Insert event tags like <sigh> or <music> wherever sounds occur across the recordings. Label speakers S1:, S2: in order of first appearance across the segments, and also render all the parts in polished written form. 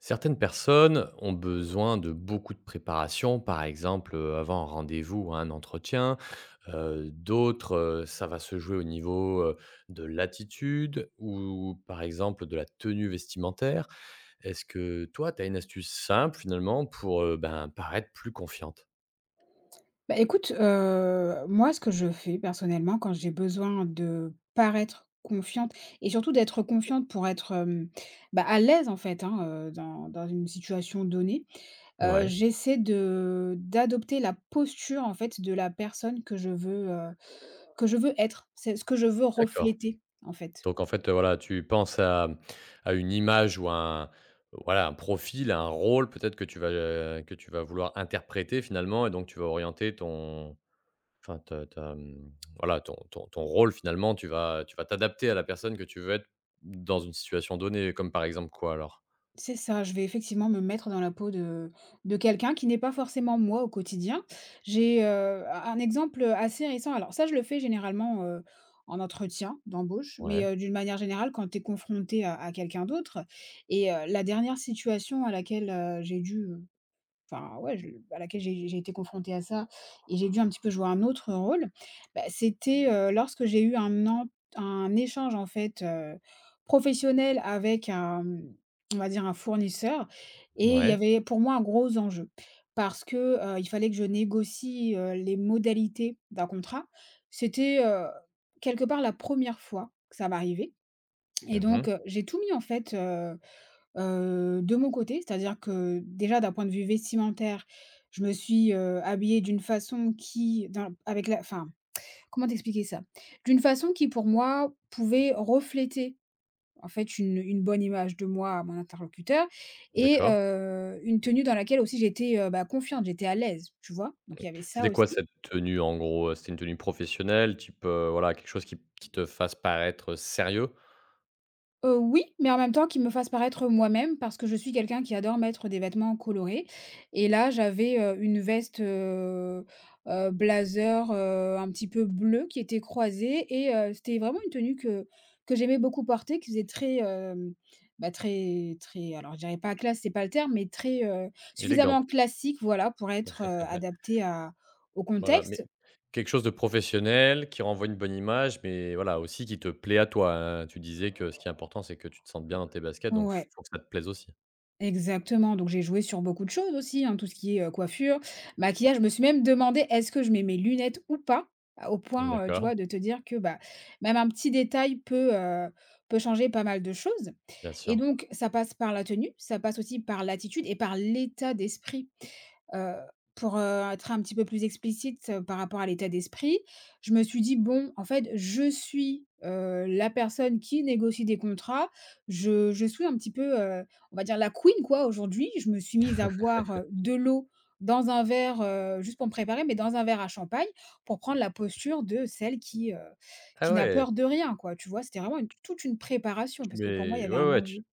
S1: Certaines personnes ont besoin de beaucoup de préparation, par exemple avant un rendez-vous ou un entretien. D'autres, ça va se jouer au niveau de l'attitude ou par exemple de la tenue vestimentaire. Est-ce que toi, tu as une astuce simple finalement pour ben, paraître plus confiante.
S2: Moi, ce que je fais personnellement quand j'ai besoin de paraître confiante et surtout d'être confiante pour être, à l'aise hein, dans une situation donnée,
S1: Ouais.
S2: j'essaie de d'adopter la posture en fait de la personne que je veux être. C'est ce que je veux
S1: D'accord.
S2: refléter en fait.
S1: Donc en fait, voilà, tu penses à, à une image ou à un voilà, un profil, à un rôle peut-être que que tu vas vouloir interpréter finalement et donc tu vas orienter ton enfin voilà, ton rôle finalement, tu vas t'adapter à la personne que tu veux être dans une situation donnée, comme par exemple quoi alors?
S2: C'est ça, je vais effectivement me mettre dans la peau de quelqu'un qui n'est pas forcément moi au quotidien. J'ai, un exemple assez récent. Alors ça je le fais généralement, en entretien d'embauche, mais,
S1: Ouais,
S2: d'une manière générale quand tu es confronté à quelqu'un d'autre, et la dernière situation à laquelle, j'ai dû, Enfin ouais, je à laquelle j'ai été confrontée à ça et j'ai dû un petit peu jouer un autre rôle. Bah, c'était, lorsque j'ai eu un en un échange en fait, professionnel avec un, on va dire un fournisseur, et il y
S1: ouais.
S2: avait pour moi un gros enjeu. Parce que, il fallait que je négocie, les modalités d'un contrat. C'était, quelque part la première fois que ça m'arrivait, et
S1: Mmh.
S2: donc, j'ai tout mis en fait, de mon côté, c'est-à-dire que déjà d'un point de vue vestimentaire, je me suis, habillée d'une façon qui dans avec la enfin, comment t'expliquer ça? D'une façon qui pour moi pouvait refléter en fait une bonne image de moi à mon interlocuteur, et
S1: D'accord.
S2: une tenue dans laquelle aussi j'étais, confiante, j'étais à l'aise, tu vois? Donc il y avait ça
S1: C'était quoi
S2: aussi.
S1: cette tenue en gros? C'était une tenue professionnelle type, voilà, quelque chose qui te fasse paraître sérieux?
S2: Oui, mais en même temps qu'il me fasse paraître moi-même, parce que je suis quelqu'un qui adore mettre des vêtements colorés, et là, j'avais, une veste, blazer, un petit peu bleue, qui était croisée, et c'était vraiment une tenue que j'aimais beaucoup porter, qui faisait très, très, alors je dirais pas classe, c'est pas le terme, mais très,
S1: Élégante.
S2: suffisamment classique, voilà, pour être,
S1: <laughs>
S2: adaptée à au
S1: Voilà, mais
S2: contexte.
S1: quelque chose de professionnel, qui renvoie une bonne image, mais voilà, aussi qui te plaît à toi, hein. Tu disais que ce qui est important, c'est que tu te sentes bien dans tes baskets, donc
S2: Ouais.
S1: faut que ça te plaise aussi.
S2: Exactement, donc j'ai joué sur beaucoup de choses aussi, hein, tout ce qui est, coiffure, maquillage. Je me suis même demandé: «Est-ce que je mets mes lunettes ou pas?» Au point, tu
S1: D'accord,
S2: vois, de te dire que, même un petit détail peut changer pas mal de choses,
S1: bien
S2: et
S1: sûr.
S2: donc ça passe par la tenue, ça passe aussi par l'attitude et par l'état d'esprit. Heu, pour être un petit peu plus explicite, par rapport à l'état d'esprit, je me suis dit: «Bon, en fait, je suis, la personne qui négocie des contrats». Je suis un petit peu, on va dire la queen quoi aujourd'hui. Je me suis mise à boire, de l'eau dans un verre, juste pour me préparer, mais dans un verre à champagne, pour prendre la posture de celle
S1: Ah
S2: qui n'a
S1: ouais,
S2: peur de rien quoi, tu vois? C'était vraiment une toute une préparation,
S1: tu
S2: parce que pour moi, il y
S1: mets
S2: avait
S1: ouais,
S2: un
S1: ouais, tu
S2: enjeu.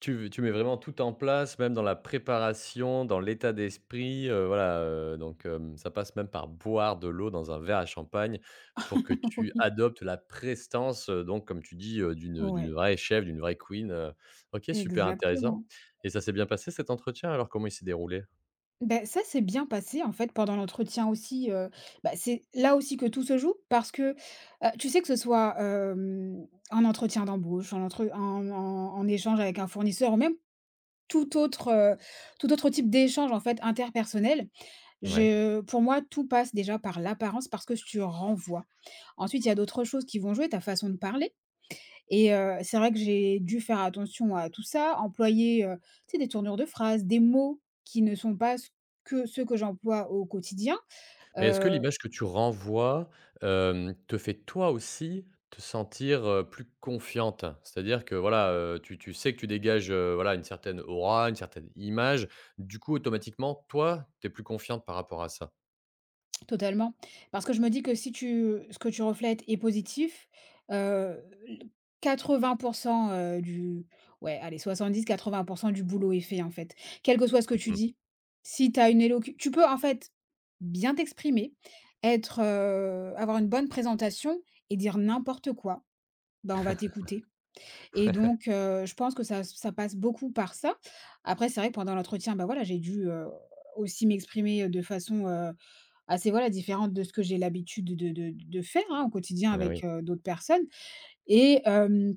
S1: Tu tu mets vraiment tout en place, même dans la préparation, dans l'état d'esprit, voilà, donc ça passe même par boire de l'eau dans un verre à champagne pour que
S2: <laughs>
S1: tu
S2: Oui.
S1: adoptes la prestance, donc comme tu dis, d'une
S2: Ouais,
S1: vraie chef, d'une vraie queen. OK, super intéressant
S2: exactement.
S1: et ça s'est bien passé cet entretien alors? Comment il s'est déroulé?
S2: Ben ça s'est bien passé en fait. Pendant l'entretien aussi, c'est là aussi que tout se joue, parce que, tu sais, que ce soit, en entretien d'embauche, en entre en en en échange avec un fournisseur, ou même tout autre, heu, tout autre type d'échange, en fait, interpersonnel.
S1: Ouais.
S2: Je Pour moi, tout passe déjà par l'apparence, parce que tu renvoies. Ensuite, il y a d'autres choses qui vont jouer, ta façon de parler, et c'est vrai que j'ai dû faire attention à tout ça, employer, tu sais, des tournures de phrases, des mots qui ne sont pas ce que ceux que j'emploie au quotidien.
S1: Mais est-ce que
S2: Euh,
S1: l'image que tu renvoies, te fait toi aussi te sentir, plus confiante? C'est-à-dire que voilà, tu sais que tu dégages, voilà une certaine aura, une certaine image. Du coup, automatiquement, toi, tu es plus confiante par rapport à ça?
S2: Totalement. Parce que je me dis que si tu ce que tu reflètes est positif, heu, l 80, heu, du ouais, allez 70-80 du boulot est fait, en fait. Quel que soit ce que tu
S1: Mmh mh.
S2: dis, si tu as une élocu tu peux, en fait, bien t'exprimer, avoir une bonne présentation et dire n'importe quoi, ben on va t'écouter, et donc je pense que ça passe beaucoup par ça. Après c'est vrai que pendant l'entretien, ben voilà, j'ai dû, aussi m'exprimer, de façon, différente de ce que j'ai l'habitude de faire, hein, au quotidien
S1: Eh oui.
S2: avec, d'autres personnes, et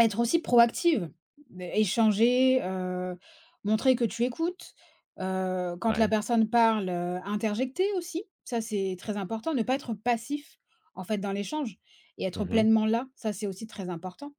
S2: être aussi proactive, échanger, montrer que tu écoutes, quand la
S1: Ouais.
S2: personne parle, interjecter aussi, ça c'est très important, ne pas être passif, en fait, dans l'échange, et être
S1: Mmh.
S2: pleinement là, ça c'est aussi très important.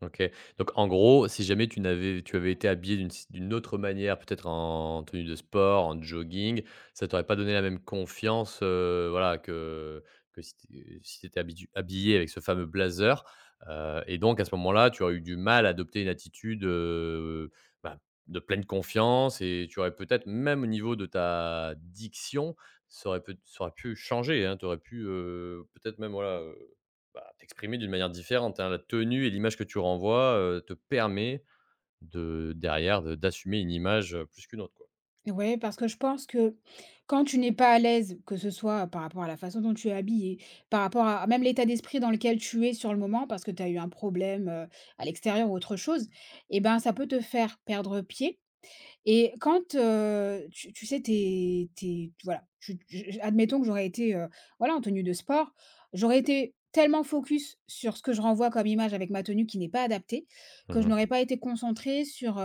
S1: OK. Donc en gros, si jamais tu avais été habillé d'une si, d'une autre manière, peut-être en tenue de sport, en jogging, ça t'aurait pas donné la même confiance, voilà, que si tu si étais habillé avec ce fameux blazer, et donc à ce moment-là, tu aurais eu du mal à adopter une attitude, bah, de pleine confiance et tu aurais peut-être même au niveau de ta diction, ça aurait pu changer, hein. Tu aurais pu, peut-être même, voilà, bah, t'exprimer d'une manière différente, hein. La tenue et l'image que tu renvoies, te permet de derrière de d'assumer une image, plus qu'une autre, quoi.
S2: Ouais, parce que je pense que quand tu n'es pas à l'aise, que ce soit par rapport à la façon dont tu es habillé, par rapport à même l'état d'esprit dans lequel tu es sur le moment, parce que tu as eu un problème à l'extérieur ou autre chose, et ben ça peut te faire perdre pied. Et quand tu, voilà, admettons que j'aurais été voilà, en tenue de sport, j'aurais été tellement focus sur ce que je renvoie comme image avec ma tenue qui n'est pas adaptée, que je
S1: Mmh.
S2: n'aurais pas été concentrée sur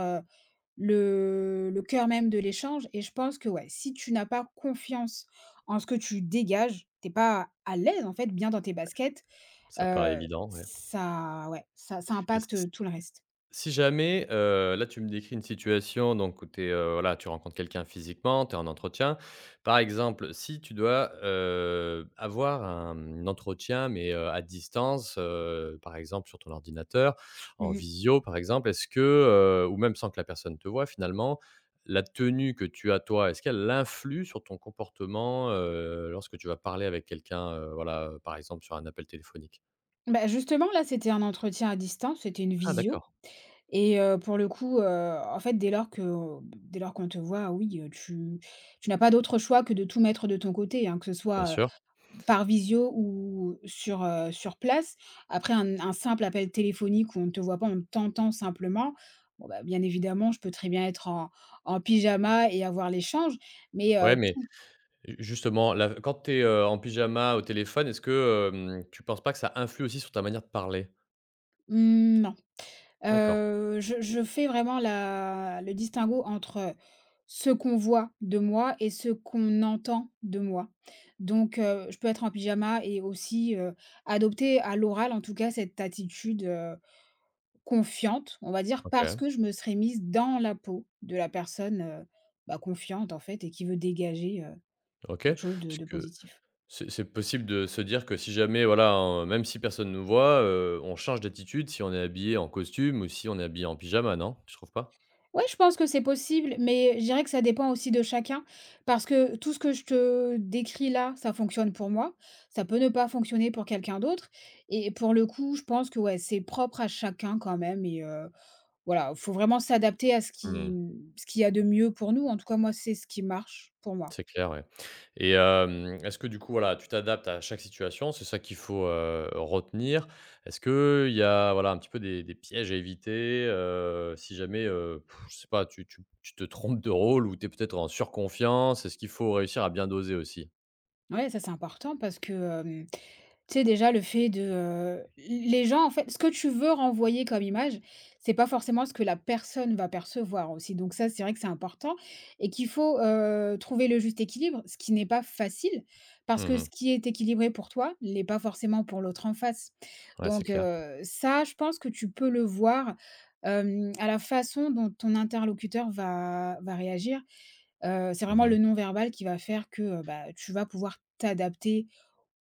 S2: le cœur même de l'échange, et je pense que, ouais, si tu n'as pas confiance en ce que tu dégages, t'es pas à l'aise, en fait, bien dans tes baskets,
S1: Ça paraît
S2: heu,
S1: évident, ouais.
S2: ça ouais, ça
S1: et si
S2: impacte tout le reste.
S1: Si jamais, là, tu me décris une situation donc où tu es, voilà, tu rencontres quelqu'un physiquement, tu es en entretien. Par exemple, si tu dois, avoir un entretien mais, à distance, par exemple sur ton ordinateur, en
S2: Mmh.
S1: visio par exemple, ou même sans que la personne te voie finalement, la tenue que tu as toi, est-ce qu'elle influe sur ton comportement, lorsque tu vas parler avec quelqu'un, voilà, par exemple sur un appel téléphonique?
S2: Bah, justement, là, c'était un entretien à distance, c'était une
S1: Ah
S2: visio,
S1: d'accord,
S2: et pour le coup, dès lors que, dès lors qu'on te voit, oui, tu n'as pas d'autre choix que de tout mettre de ton côté, hein, que ce
S1: bien
S2: soit
S1: sûr.
S2: par visio ou sur, sur place. Après un simple appel téléphonique où on ne te voit pas, on t'entend simplement, bon, bah, bien évidemment, je peux très bien être en en pyjama et avoir l'échange, mais
S1: Ouais mais
S2: tout
S1: justement, la quand tu es, en pyjama au téléphone, est-ce que, tu penses pas que ça influe aussi sur ta manière de parler?
S2: mmh, non.
S1: D'accord,
S2: Je fais vraiment la le distinguo entre ce qu'on voit de moi et ce qu'on entend de moi. Donc je peux être en pyjama et aussi, adopter à l'oral, en tout cas, cette attitude confiante, on va dire, parce
S1: OK,
S2: que je me serais mise dans la peau de la personne, confiante en fait, et qui veut dégager,
S1: OK.
S2: quelque chose de
S1: Puisque
S2: positif.
S1: c'est possible de se dire que si jamais, voilà, hein, même si personne nous voit, on change d'attitude si on est habillé en costume ou si on est habillé en pyjama, non? Tu trouves pas?
S2: Ouais, je pense que c'est possible, mais je dirais que ça dépend aussi de chacun, parce que tout ce que je te décris là, ça fonctionne pour moi, ça peut ne pas fonctionner pour quelqu'un d'autre, et pour le coup, je pense que, ouais, c'est propre à chacun quand même. Et voilà, faut vraiment s'adapter à ce qui,
S1: Mmh.
S2: ce qu'il y a de mieux pour nous. En tout cas, moi, c'est ce qui marche pour moi.
S1: C'est clair, ouais et est-ce que du coup, voilà, tu t'adaptes à chaque situation? C'est ça qu'il faut, retenir. Est-ce qu'il y a, voilà, un petit peu des pièges à éviter, si jamais, je sais pas, tu te trompes de rôle ou tu es peut-être en surconfiance? Est-ce qu'il faut réussir à bien doser aussi?
S2: Ouais, ça, c'est important, parce que, tu sais, déjà le fait de, les gens en fait ce que tu veux renvoyer comme image, c'est pas forcément ce que la personne va percevoir aussi. Donc ça, c'est vrai que c'est important, et qu'il faut, trouver le juste équilibre, ce qui n'est pas facile, parce que
S1: Mmh.
S2: ce qui est équilibré pour toi, n'est pas forcément pour l'autre en face.
S1: Ouais, c'est
S2: Donc,
S1: clair.
S2: ça, je pense que tu peux le voir, à la façon dont ton interlocuteur va réagir. C'est vraiment
S1: Mmh.
S2: le non-verbal qui va faire que, tu vas pouvoir t'adapter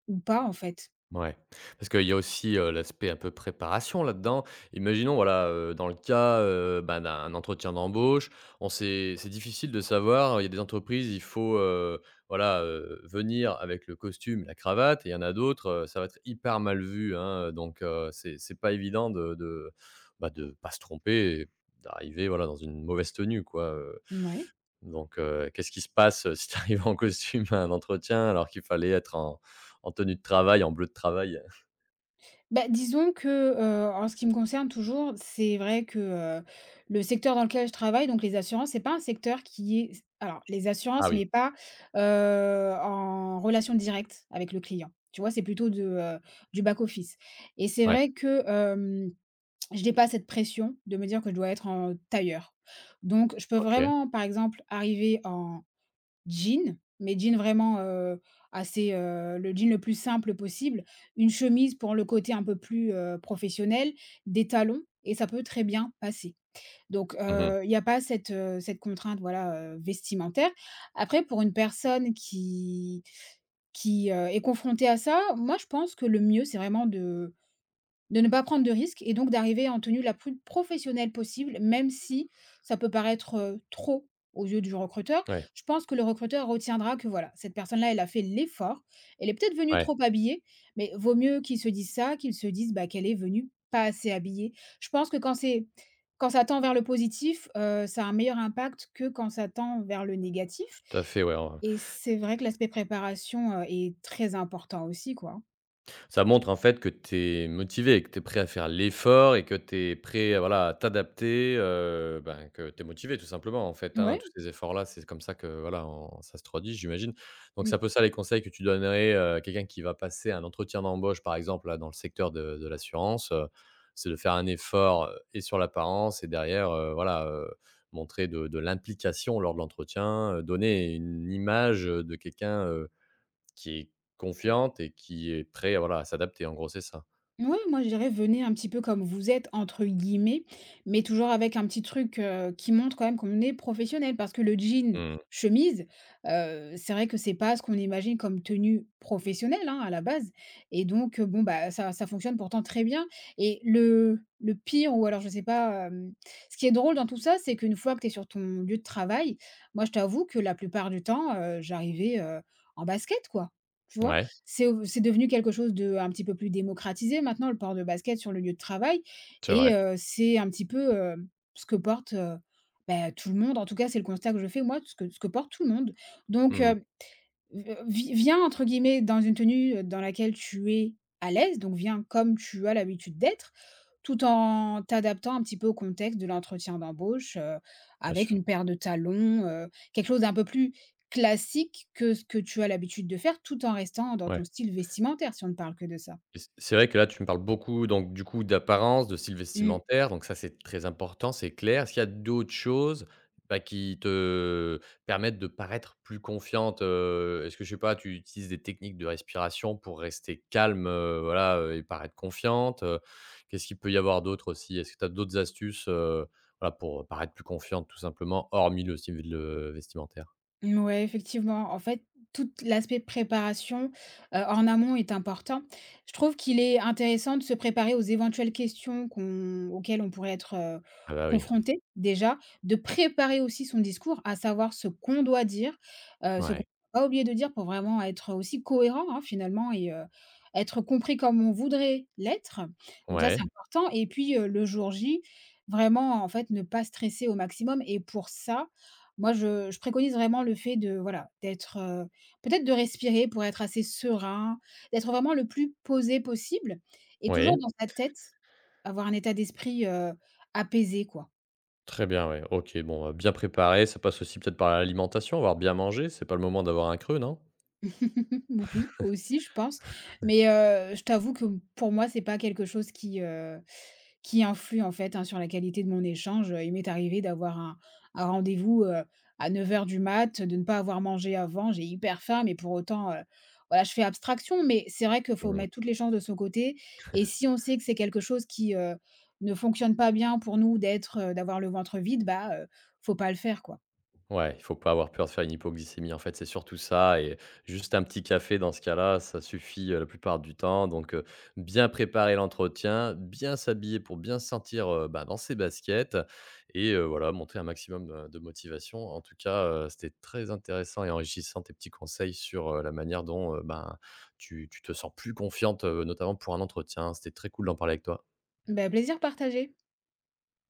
S2: ou pas, en fait.
S1: Ouais, parce qu'il y a aussi, l'aspect un peu préparation là-dedans. Imaginons voilà, dans le cas, bah, d'un entretien d'embauche, on sait c'est difficile de savoir, il y a des entreprises, il faut, voilà, venir avec le costume, la cravate et il y en a d'autres, ça va être hyper mal vu, hein, donc c'est pas évident bah, de pas se tromper et d'arriver, voilà, dans une mauvaise tenue, quoi,
S2: Ouais.
S1: donc qu'est-ce qui se passe, si tu arrives en costume à un entretien alors qu'il fallait être en tenue de travail, en bleu de travail?
S2: Bah, disons que, en ce qui me concerne toujours, c'est vrai que, le secteur dans lequel je travaille, donc les assurances, c'est pas un secteur qui est alors les
S1: Ah
S2: assurances,
S1: oui,
S2: mais pas, heu, en relation directe avec le client. Tu vois? C'est plutôt du back office, et c'est vrai
S1: ouais,
S2: que, je n'ai pas cette pression de me dire que je dois être en tailleur. Donc je peux
S1: OK.
S2: vraiment, par exemple, arriver jean, mais jean vraiment, le jean le plus simple possible, une chemise pour le côté un peu plus, professionnel, des talons, et ça peut très bien passer. Donc,
S1: Mmh mh.
S2: il n'y a pas cette, cette contrainte, voilà, vestimentaire. Après pour une personne qui est confrontée à ça, moi je pense que le mieux c'est vraiment de ne pas prendre de risques, et donc d'arriver en tenue la plus professionnelle possible, même si ça peut paraître, trop aux yeux du recruteur.
S1: Ouais,
S2: Je pense que le recruteur retiendra que voilà, cette personne-là, elle a fait l'effort. Elle est peut-être venue
S1: ouais,
S2: trop habillée, mais vaut mieux qu'il se dise ça, qu'il se dise, bah, qu'elle est venue pas assez habillée. Je pense que quand ça tend vers le positif, ça a un meilleur impact que quand ça tend vers le négatif,
S1: tout à fait, ouais, en
S2: et c'est vrai que l'aspect préparation, est très important aussi, quoi.
S1: Ça montre en fait que tu es motivé, que tu es prêt à faire l'effort et que tu es prêt, voilà, à t'adapter, ben, que tu es motivé tout simplement en fait, hein. Tous
S2: Ouais,
S1: ces efforts-là, c'est comme ça que, voilà, on ça se traduit j'imagine. Donc c'est
S2: mmh.
S1: un peu ça les conseils que tu donnerais, à quelqu'un qui va passer un entretien d'embauche par exemple là dans le secteur de l'assurance, c'est de faire un effort, et sur l'apparence et derrière, voilà, montrer de l'implication lors de l'entretien, donner une image, de quelqu'un, qui est confiante et qui est prêt à, voilà, à s'adapter en gros, c'est ça?
S2: Oui, moi je dirais: «Venez un petit peu comme vous êtes» entre guillemets, mais toujours avec un petit truc, qui montre quand même qu'on est professionnel. Parce que le jean
S1: Mmh.
S2: chemise, c'est vrai que c'est pas ce qu'on imagine comme tenue professionnelle, hein, à la base, et donc bon, bah, ça fonctionne pourtant très bien. Et le pire, ou alors je sais pas, ce qui est drôle dans tout ça, c'est qu'une fois que tu es sur ton lieu de travail, moi je t'avoue que la plupart du temps, j'arrivais, en basket quoi, tu vois?
S1: Ouais,
S2: C'est devenu quelque chose de un petit peu plus démocratisé maintenant, le port de basket sur le lieu de travail,
S1: c'est
S2: et
S1: vrai.
S2: c'est un petit peu, ce que porte, tout le monde. En tout cas, c'est le constat que je fais moi, ce que porte tout le monde, donc
S1: Mmh.
S2: V vi viens entre guillemets dans une tenue, dans laquelle tu es à l'aise, donc viens comme tu as l'habitude d'être, tout en t'adaptant un petit peu au contexte de l'entretien d'embauche,
S1: Bien
S2: avec
S1: sûr.
S2: une paire de talons, quelque chose d'un peu plus classique que ce que tu as l'habitude de faire, tout en restant dans
S1: Ouais.
S2: ton style vestimentaire, si on ne parle que de ça.
S1: Et c'est vrai que là, tu me parles beaucoup donc du coup d'apparence, de style
S2: Mmh.
S1: vestimentaire, donc ça, c'est très important, c'est clair. Est-ce qu'il y a d'autres choses, bah, qui te permettent de paraître plus confiante? Est-ce que, je sais pas, tu utilises des techniques de respiration pour rester calme, voilà, et paraître confiante? Qu'est-ce qu'il peut y avoir d'autre aussi? Est-ce que tu as d'autres astuces, voilà, pour paraître plus confiante tout simplement, hormis le style, vestimentaire?
S2: Ouais, effectivement. En fait, tout l'aspect préparation, en amont est important. Je trouve qu'il est intéressant de se préparer aux éventuelles questions qu'on auxquelles on pourrait être,
S1: Ah bah oui.
S2: confronté déjà, de préparer aussi son discours, à savoir ce qu'on doit dire, ce qu'on
S1: Ouais.
S2: n'a pas oublier de dire pour vraiment être aussi cohérent, hein, finalement, et être compris comme on voudrait l'être. Donc ça, c'est
S1: Ouais.
S2: important, et puis, le jour J, vraiment, en fait, ne pas stresser au maximum. Et pour ça moi, je préconise vraiment le fait de voilà, d'être, peut-être de respirer pour être assez serein, d'être vraiment le plus posé possible, et
S1: Oui.
S2: toujours dans sa tête, avoir un état d'esprit, apaisé, quoi.
S1: Très bien, ouais. OK, bon, bien préparé, ça passe aussi peut-être par l'alimentation, avoir bien mangé, c'est pas le moment d'avoir un creux, non?
S2: <laughs> Oui, aussi, je pense. Mais je t'avoue que pour moi, c'est pas quelque chose qui influe, en fait, hein, sur la qualité de mon échange. Il m'est arrivé d'avoir un rendez-vous, à 9 heures du mat, de ne pas avoir mangé avant. J'ai hyper faim, mais pour autant, voilà, je fais abstraction. Mais c'est vrai qu'il faut mettre toutes les chances de son côté, et si on sait que c'est quelque chose qui, ne fonctionne pas bien pour nous d'être, d'avoir le ventre vide, bah, faut pas le faire, quoi.
S1: Ouais, il faut pas avoir peur de faire une hypoglycémie. En fait, c'est surtout ça et juste un petit café dans ce cas-là, ça suffit, la plupart du temps. Donc, bien préparer l'entretien, bien s'habiller pour bien se sentir, bah, dans ses baskets et voilà, montrer un maximum, de motivation. En tout cas, c'était très intéressant et enrichissant tes petits conseils sur, la manière dont, ben, tu te sens plus confiante, notamment pour un entretien. C'était très cool d'en parler avec toi.
S2: Bah, plaisir partagé.